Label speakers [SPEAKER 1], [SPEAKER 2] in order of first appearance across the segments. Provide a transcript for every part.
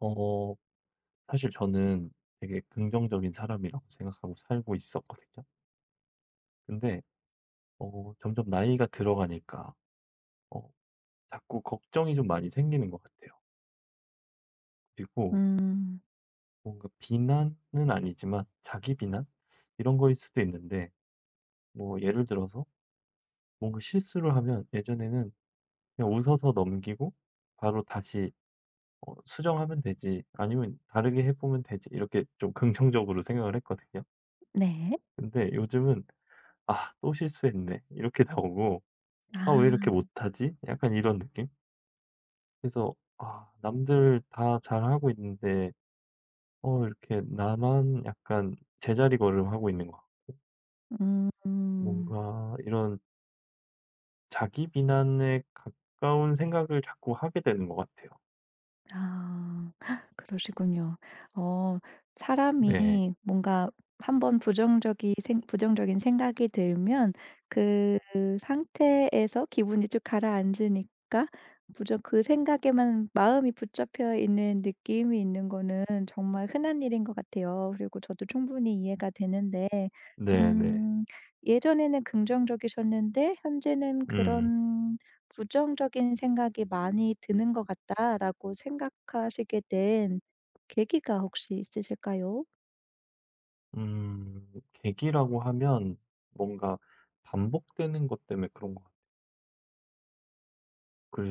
[SPEAKER 1] 어 사실 저는 되게 긍정적인 사람이라고 생각하고 살고 있었거든요. 근데 점점 나이가 들어가니까 어 자꾸 걱정이 좀 많이 생기는 것 같아요. 그리고
[SPEAKER 2] 음.
[SPEAKER 1] 뭔가 비난은 아니지만 자기 비난? 이런 거일 수도 있는데 뭐 예를 들어서 뭔가 실수를 하면 예전에는 그냥 웃어서 넘기고 바로 다시 '수정하면 되지.' 아니면 '다르게 해 보면 되지.' 이렇게 좀 긍정적으로 생각을 했거든요.
[SPEAKER 2] 네.
[SPEAKER 1] 근데 요즘은 '아 또 실수했네.' 이렇게 나오고 '아 왜 이렇게
[SPEAKER 2] 아.
[SPEAKER 1] 못하지?' 약간 이런 느낌? 그래서 '아 남들 다 잘하고 있는데 이렇게 나만 약간 제자리걸음하고 있는 것같
[SPEAKER 2] 음.
[SPEAKER 1] 뭔가 이런 자기 비난에 가까운 생각을 자꾸 하게 되는 것 같아요.
[SPEAKER 2] 아. 그러시군요. 어
[SPEAKER 1] 네.
[SPEAKER 2] 사람이 뭔가 한번 부정적이 생 부정적인 생각이 들면 그 상태에서 기분이 쭉 가라앉으니까 부정 그 생각에만 마음이 붙잡혀 있는 느낌이 있는 거는 정말 흔한 일인 것 같아요. 그리고 저도 충분히 이해가 되는데,
[SPEAKER 1] 네네.
[SPEAKER 2] 음, 예전에는 긍정적이셨는데 현재는
[SPEAKER 1] 음.
[SPEAKER 2] 그런 부정적인 생각이 많이 드는 것 같다.'라고 생각하시게 된 계기가 혹시 있으실까요?
[SPEAKER 1] 계기라고 하면 뭔가 반복되는 것 때문에 그런 것 같아요.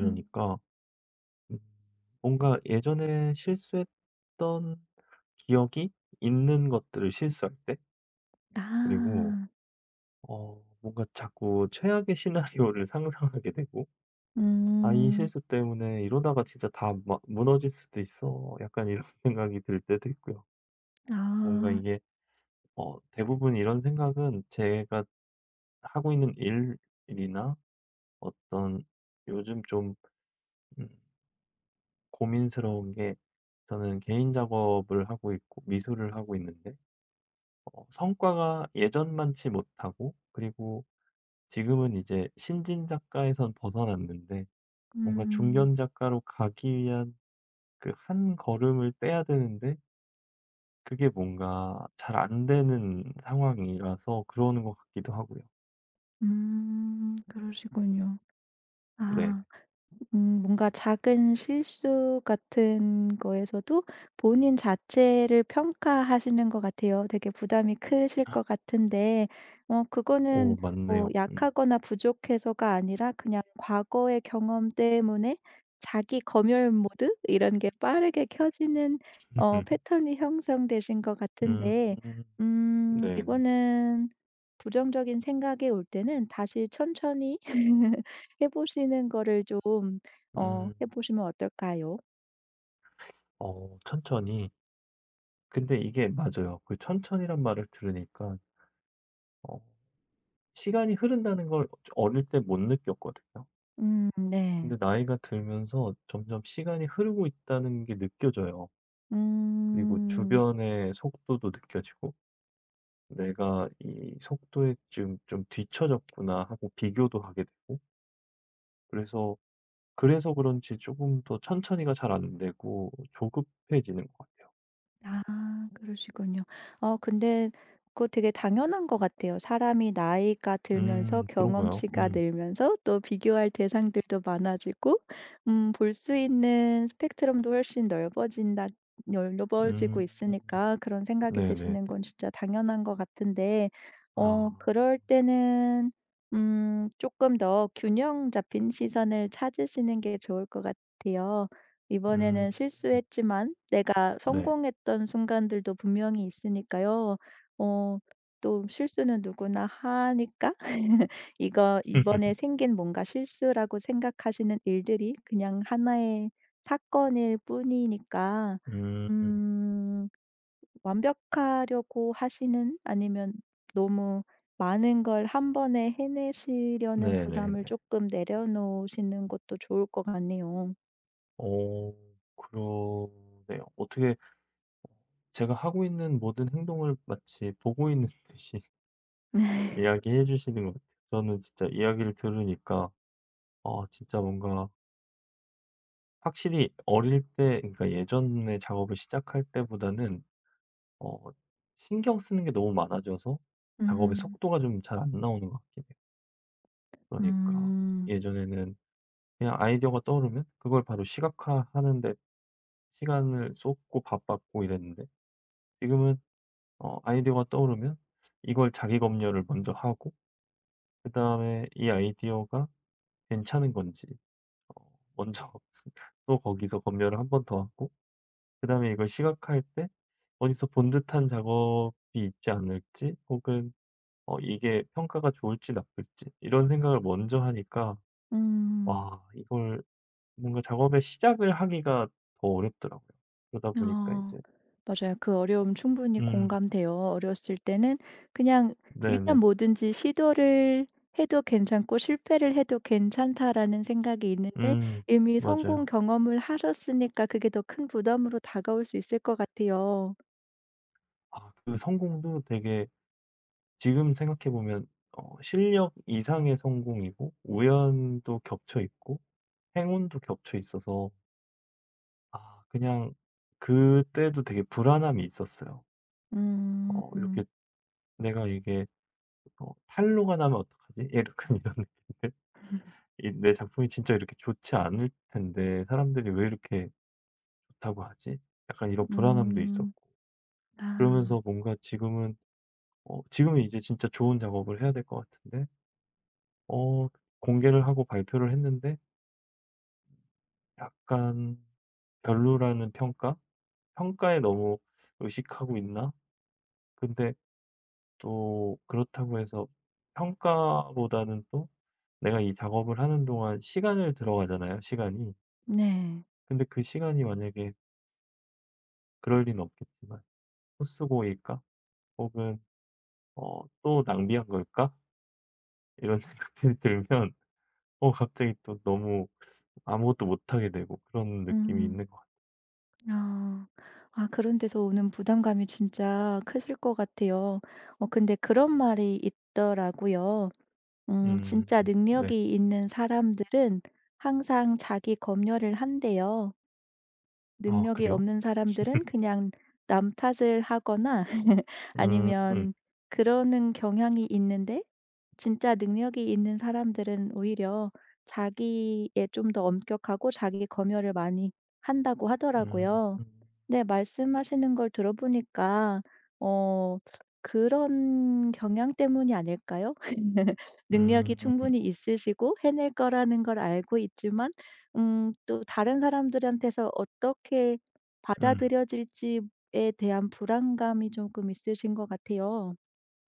[SPEAKER 2] 음.
[SPEAKER 1] 음 뭔가 예전에 실수했던 기억이 있는 것들을 실수할 때 그리고
[SPEAKER 2] 아.
[SPEAKER 1] 뭔가 자꾸 최악의 시나리오를 상상하게 되고 '아 이
[SPEAKER 2] 음.
[SPEAKER 1] 실수 때문에 이러다가 진짜 다 무너질 수도 있어.' 약간 이런 생각이 들 때도 있고요. 뭔가
[SPEAKER 2] 아.
[SPEAKER 1] 이게 대부분 이런 생각은 제가 하고 있는 일 일이나 어떤 요즘 좀 음 고민스러운 게 저는 개인 작업을 하고 있고 미술을 하고 있는데 성과가 예전만치 못하고 그리고 지금은 이제 신진 작가에선 벗어났는데 뭔가
[SPEAKER 2] 음.
[SPEAKER 1] 중견 작가로 가기 위한 그 한 걸음을 떼야 되는데 그게 뭔가 잘 안 되는 상황이라서 그러는 것 같기도 하고요.
[SPEAKER 2] 음. 그러시군요.
[SPEAKER 1] 네.
[SPEAKER 2] 아. 음, 뭔가 작은 실수 같은 거에서도 본인 자체를 평가하시는 것 같아요. 되게 부담이 크실 것 같은데
[SPEAKER 1] 오
[SPEAKER 2] 그거는 뭐
[SPEAKER 1] 맞네요. 음.
[SPEAKER 2] 약하거나 부족해서가 아니라 그냥 과거의 경험 때문에 자기 검열 모드 이런 게 빠르게 켜지는 패턴이 형성되신 것
[SPEAKER 1] 음.
[SPEAKER 2] 같은데, 음,
[SPEAKER 1] 네네.
[SPEAKER 2] 이거는 부정적인 생각이 올 때는 다시 천천히 해 보시는 거를 좀
[SPEAKER 1] 음.
[SPEAKER 2] 해 보시면 어떨까요?
[SPEAKER 1] 천천히. 근데 이게 맞아요. 그 천천히란 말을 들으니까 어 시간이 흐른다는 걸 어릴 때 못 느꼈거든요.
[SPEAKER 2] 네.
[SPEAKER 1] 근데 나이가 들면서 점점 시간이 흐르고 있다는 게 느껴져요. 그리고
[SPEAKER 2] 음.
[SPEAKER 1] 주변의 속도도 느껴지고 '내가 이 속도에 지금 좀 뒤처졌구나.' 하고 비교도 하게 되고 그래서 그래서 그런지 조금 더 천천히가 잘 안 되고 조급해지는 것 같아요.
[SPEAKER 2] 아 그러시군요. 근데 그거 되게 당연한 것 같아요. 사람이 나이가 들면서
[SPEAKER 1] 그런가요?
[SPEAKER 2] 경험치가
[SPEAKER 1] 음.
[SPEAKER 2] 늘면서 또 비교할 대상들도 많아지고, 음, 볼 수 있는 스펙트럼도 훨씬 넓어진다 넓어지고
[SPEAKER 1] 음.
[SPEAKER 2] 있으니까 그런 생각이
[SPEAKER 1] 네네네.
[SPEAKER 2] 드시는 건 진짜 당연한 것 같은데
[SPEAKER 1] 아.
[SPEAKER 2] 그럴 때는, 음, 조금 더 균형 잡힌 시선을 찾으시는 게 좋을 것 같아요. 이번에는
[SPEAKER 1] 음.
[SPEAKER 2] 실수했지만 내가
[SPEAKER 1] 네.
[SPEAKER 2] 성공했던 순간들도 분명히 있으니까요. 어 또 실수는 누구나 하니까 이거 이번에 생긴 뭔가 실수라고 생각하시는 일들이 그냥 하나의 사건일 뿐이니까,
[SPEAKER 1] 음.
[SPEAKER 2] 음, 완벽하려고 하시는 아니면 너무 많은 걸 한 번에 해내시려는
[SPEAKER 1] 네네네.
[SPEAKER 2] 부담을 조금 내려놓으시는 것도 좋을 것 같네요.
[SPEAKER 1] 어 그러네요. 어떻게 제가 하고 있는 모든 행동을 마치 보고 있는 듯이 이야기해 주시는 것 같아요. 저는 진짜 이야기를 들으니까 진짜 뭔가 확실히 어릴 때 그러니까 예전에 작업을 시작할 때보다는 어 신경 쓰는 게 너무 많아져서 작업의
[SPEAKER 2] 음.
[SPEAKER 1] 속도가 좀 잘 안 나오는 것 같긴 해요. 그러니까
[SPEAKER 2] 음.
[SPEAKER 1] 예전에는 그냥 아이디어가 떠오르면 그걸 바로 시각화하는 데 시간을 쏟고 바빴고 이랬는데 지금은 아이디어가 떠오르면 이걸 자기 검열을 먼저 하고 그다음에 이 아이디어가 괜찮은 건지 어 먼저 또 거기서 검열을 한 번 더 하고 그다음에 이걸 시각화할 때 어디서 본 듯한 작업이 있지 않을지 혹은 이게 평가가 좋을지 나쁠지 이런 생각을 먼저 하니까
[SPEAKER 2] 음.
[SPEAKER 1] 와 이걸 뭔가 작업의 시작을 하기가 더 어렵더라고요. 그러다 보니까
[SPEAKER 2] 아.
[SPEAKER 1] 이제
[SPEAKER 2] 맞아요. 그 어려움 충분히
[SPEAKER 1] 음
[SPEAKER 2] 공감돼요. 어렸을 때는 그냥 일단
[SPEAKER 1] 네네.
[SPEAKER 2] 뭐든지 '시도를 해도 괜찮고 실패를 해도 괜찮다.'라는 생각이 있는데
[SPEAKER 1] 음
[SPEAKER 2] 이미 성공
[SPEAKER 1] 맞아요.
[SPEAKER 2] 경험을 하셨으니까 그게 더 큰 부담으로 다가올 수 있을 것 같아요.
[SPEAKER 1] 아 그 성공도 되게 지금 생각해 보면 실력 이상의 성공이고 우연도 겹쳐 있고 행운도 겹쳐 있어서 아 그냥 그때도 되게 불안함이 있었어요.
[SPEAKER 2] 음.
[SPEAKER 1] 이렇게 '내가 이게 탈로가 나면 어떡하지?' 약간 이런 느낌인데 이 '내 작품이 진짜 이렇게 좋지 않을 텐데 사람들이 왜 이렇게 좋다고 하지?' 약간 이런 불안함도
[SPEAKER 2] 음.
[SPEAKER 1] 있었고
[SPEAKER 2] 아.
[SPEAKER 1] 그러면서 뭔가 지금은 이제 진짜 좋은 작업을 해야 될 것 같은데 어 공개를 하고 발표를 했는데 약간 별로라는 평가? 평가에 너무 의식하고 있나? 근데 또 그렇다고 해서 평가보다는 또 내가 이 작업을 하는 동안 시간을 들어가잖아요, 시간이.
[SPEAKER 2] 네.
[SPEAKER 1] 근데 그 시간이 만약에 그럴 리는 없겠지만 헛수고일까? 혹은 또 낭비한 걸까? 이런 생각들이 들면 갑자기 또 너무 아무것도 못하게 되고 그런 느낌이
[SPEAKER 2] 음.
[SPEAKER 1] 있는 것 같아요.
[SPEAKER 2] 아. 아 그런 데서 오는 부담감이 진짜 크실 것 같아요. 근데 그런 말이 있더라고요. 음, 진짜
[SPEAKER 1] 네.
[SPEAKER 2] 능력이 있는 사람들은 항상 자기 검열을 한대요.
[SPEAKER 1] 아,
[SPEAKER 2] 능력이
[SPEAKER 1] 그래요?
[SPEAKER 2] 없는 사람들은 그냥 남 탓을 하거나
[SPEAKER 1] 음,
[SPEAKER 2] 아니면 그러는 경향이 있는데, 진짜 능력이 있는 사람들은 오히려 자기에 좀 더 엄격하고 자기 검열을 많이 한다고 하더라고요.
[SPEAKER 1] 음.
[SPEAKER 2] 네, 말씀하시는 걸 들어보니까 어 그런 경향 때문이 아닐까요? 능력이
[SPEAKER 1] 음.
[SPEAKER 2] 충분히 있으시고 해낼 거라는 걸 알고 있지만, 음, 또 다른 사람들한테서 어떻게
[SPEAKER 1] 음.
[SPEAKER 2] 받아들여질지에 대한 불안감이 조금 있으신 것 같아요.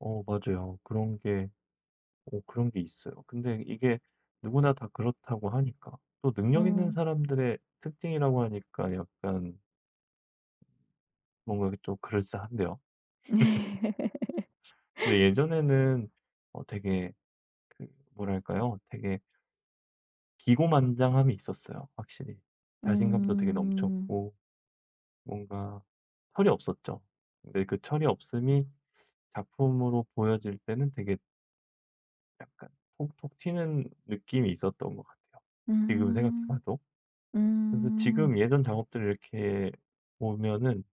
[SPEAKER 1] 맞아요. 그런 게 있어요. 근데 이게 누구나 다 그렇다고 하니까. 또 능력 있는
[SPEAKER 2] 음.
[SPEAKER 1] 사람들의 특징이라고 하니까 약간 뭔가 또 그럴싸한데요. 근데 예전에는 되게 그 뭐랄까요? 되게 기고만장함이 있었어요, 확실히. 자신감도 되게
[SPEAKER 2] 음.
[SPEAKER 1] 넘쳤고 뭔가 철이 없었죠. 근데 그 철이 없음이 작품으로 보여질 때는 되게 약간 톡톡 튀는 느낌이 있었던 것 같아요. 지금 생각해
[SPEAKER 2] 음.
[SPEAKER 1] 봐도. 그래서
[SPEAKER 2] 음.
[SPEAKER 1] 지금 예전 작업들을 이렇게 보면은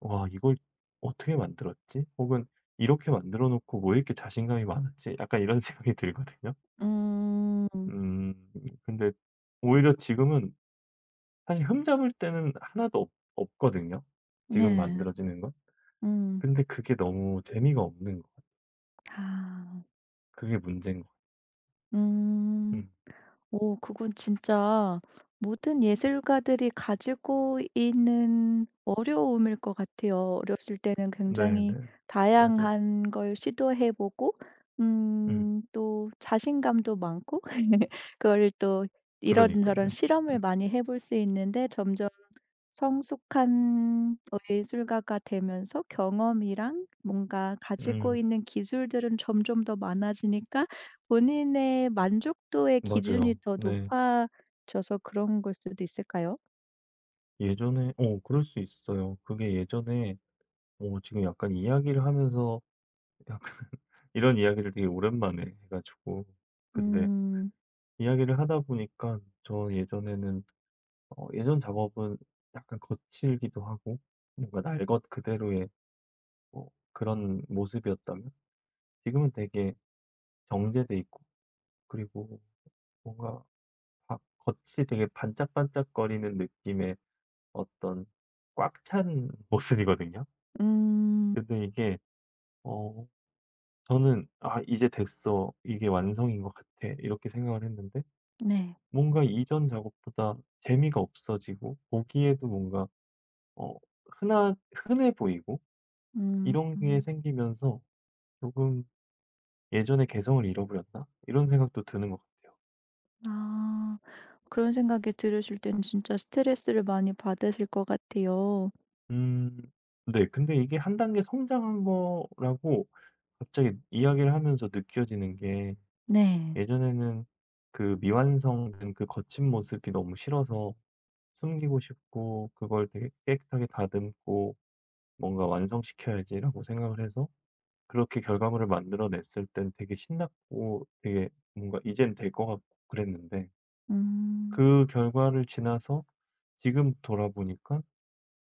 [SPEAKER 1] '와 이걸 어떻게 만들었지?' 혹은 '이렇게 만들어 놓고 왜 이렇게 자신감이 많았지?' 약간 이런 생각이 들거든요.
[SPEAKER 2] 음.
[SPEAKER 1] 음 근데 오히려 지금은 사실 흠잡을 때는 하나도 없 없거든요, 지금
[SPEAKER 2] 네.
[SPEAKER 1] 만들어지는 건.
[SPEAKER 2] 음.
[SPEAKER 1] 근데 그게 너무 재미가 없는 거
[SPEAKER 2] 아.
[SPEAKER 1] 그게 문제인 거 같아요.
[SPEAKER 2] 음.
[SPEAKER 1] 음.
[SPEAKER 2] 오 그건 진짜 모든 예술가들이 가지고 있는 어려움일 것 같아요. 어렸을 때는 굉장히
[SPEAKER 1] 네네. 맞아요.
[SPEAKER 2] 다양한 걸 시도해 보고, 음,
[SPEAKER 1] 음.
[SPEAKER 2] 또 자신감도 많고 그걸 또 이런저런
[SPEAKER 1] 그러니깐요.
[SPEAKER 2] 실험을
[SPEAKER 1] 음.
[SPEAKER 2] 많이 해볼 수 있는데 점점 성숙한, 예술가가 되면서 경험이랑 뭔가 가지고
[SPEAKER 1] 음.
[SPEAKER 2] 있는 기술들은 점점 더 많아지니까 본인의 만족도의 기준이
[SPEAKER 1] 맞아요.
[SPEAKER 2] 더
[SPEAKER 1] 네.
[SPEAKER 2] 높아져서 그런 걸 수도 있을까요?
[SPEAKER 1] 예전에 그럴 수 있어요. 그게 예전에 지금 약간 이야기를 하면서 약간 이런 이야기를 되게 오랜만에 해 가지고 근데
[SPEAKER 2] 음.
[SPEAKER 1] 이야기를 하다 보니까 저 예전에는 예전 작업은 약간 거칠기도 하고 뭔가 날것 그대로의 뭐 그런 모습이었다면 지금은 되게 정제돼 있고 그리고 뭔가 바 겉이 되게 반짝반짝거리는 느낌의 어떤 꽉 찬 모습이거든요.
[SPEAKER 2] 음.
[SPEAKER 1] 근데 이게 어 저는 '아 이제 됐어. 이게 완성인 것 같아.' 이렇게 생각을 했는데
[SPEAKER 2] 네.
[SPEAKER 1] 뭔가 이전 작업보다 재미가 없어지고 보기에도 뭔가 어 흔하 흔해 보이고
[SPEAKER 2] 음.
[SPEAKER 1] 이런 게 생기면서 조금 '예전의 개성을 잃어버렸나?' 이런 생각도 드는 것 같아요.
[SPEAKER 2] 아. 그런 생각이 들으실 땐 진짜 스트레스를 많이 받으실 것 같아요.
[SPEAKER 1] 음 네. 근데 이게 한 단계 성장한 거라고 갑자기 이야기를 하면서 느껴지는 게
[SPEAKER 2] 네.
[SPEAKER 1] 예전에는 그 미완성된 그 거친 모습이 너무 싫어서 숨기고 싶고 그걸 되게 깨끗하게 다듬고 '뭔가 완성시켜야지.'라고 생각을 해서 그렇게 결과물을 만들어 냈을 땐 되게 신났고 되게 뭔가 '이젠 될 것 같고.' 그랬는데
[SPEAKER 2] 음.
[SPEAKER 1] 그 결과를 지나서 지금 돌아보니까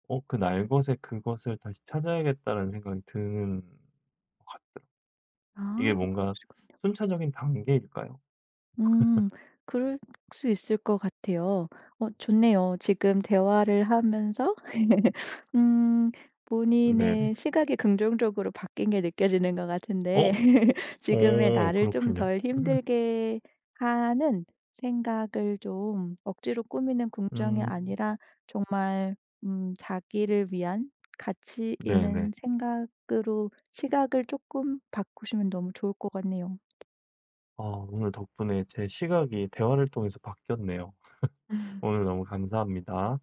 [SPEAKER 1] 그 날것의 그것을 다시 찾아야겠다는 생각이 드는 것 같더라고요. 이게
[SPEAKER 2] 아
[SPEAKER 1] 뭔가
[SPEAKER 2] 그러시군요.
[SPEAKER 1] 순차적인 단계일까요?
[SPEAKER 2] 음. 그럴 수 있을 것 같아요. 좋네요. 지금 대화를 하면서 음,
[SPEAKER 1] 네네.
[SPEAKER 2] 본인의 시각이 긍정적으로 바뀐 게 느껴지는 것
[SPEAKER 1] 어
[SPEAKER 2] 같은데 지금의 나를 좀
[SPEAKER 1] 그렇군요.
[SPEAKER 2] 덜
[SPEAKER 1] 음.
[SPEAKER 2] 힘들게 하는 생각을 좀 억지로 꾸미는 긍정이
[SPEAKER 1] 음.
[SPEAKER 2] 아니라 정말, 음, 자기를 위한 가치 있는
[SPEAKER 1] 네네.
[SPEAKER 2] 생각으로 시각을 조금 바꾸시면 너무 좋을 것 같네요.
[SPEAKER 1] 오늘 덕분에 제 시각이 대화를 통해서 바뀌었네요. 오늘 너무 감사합니다.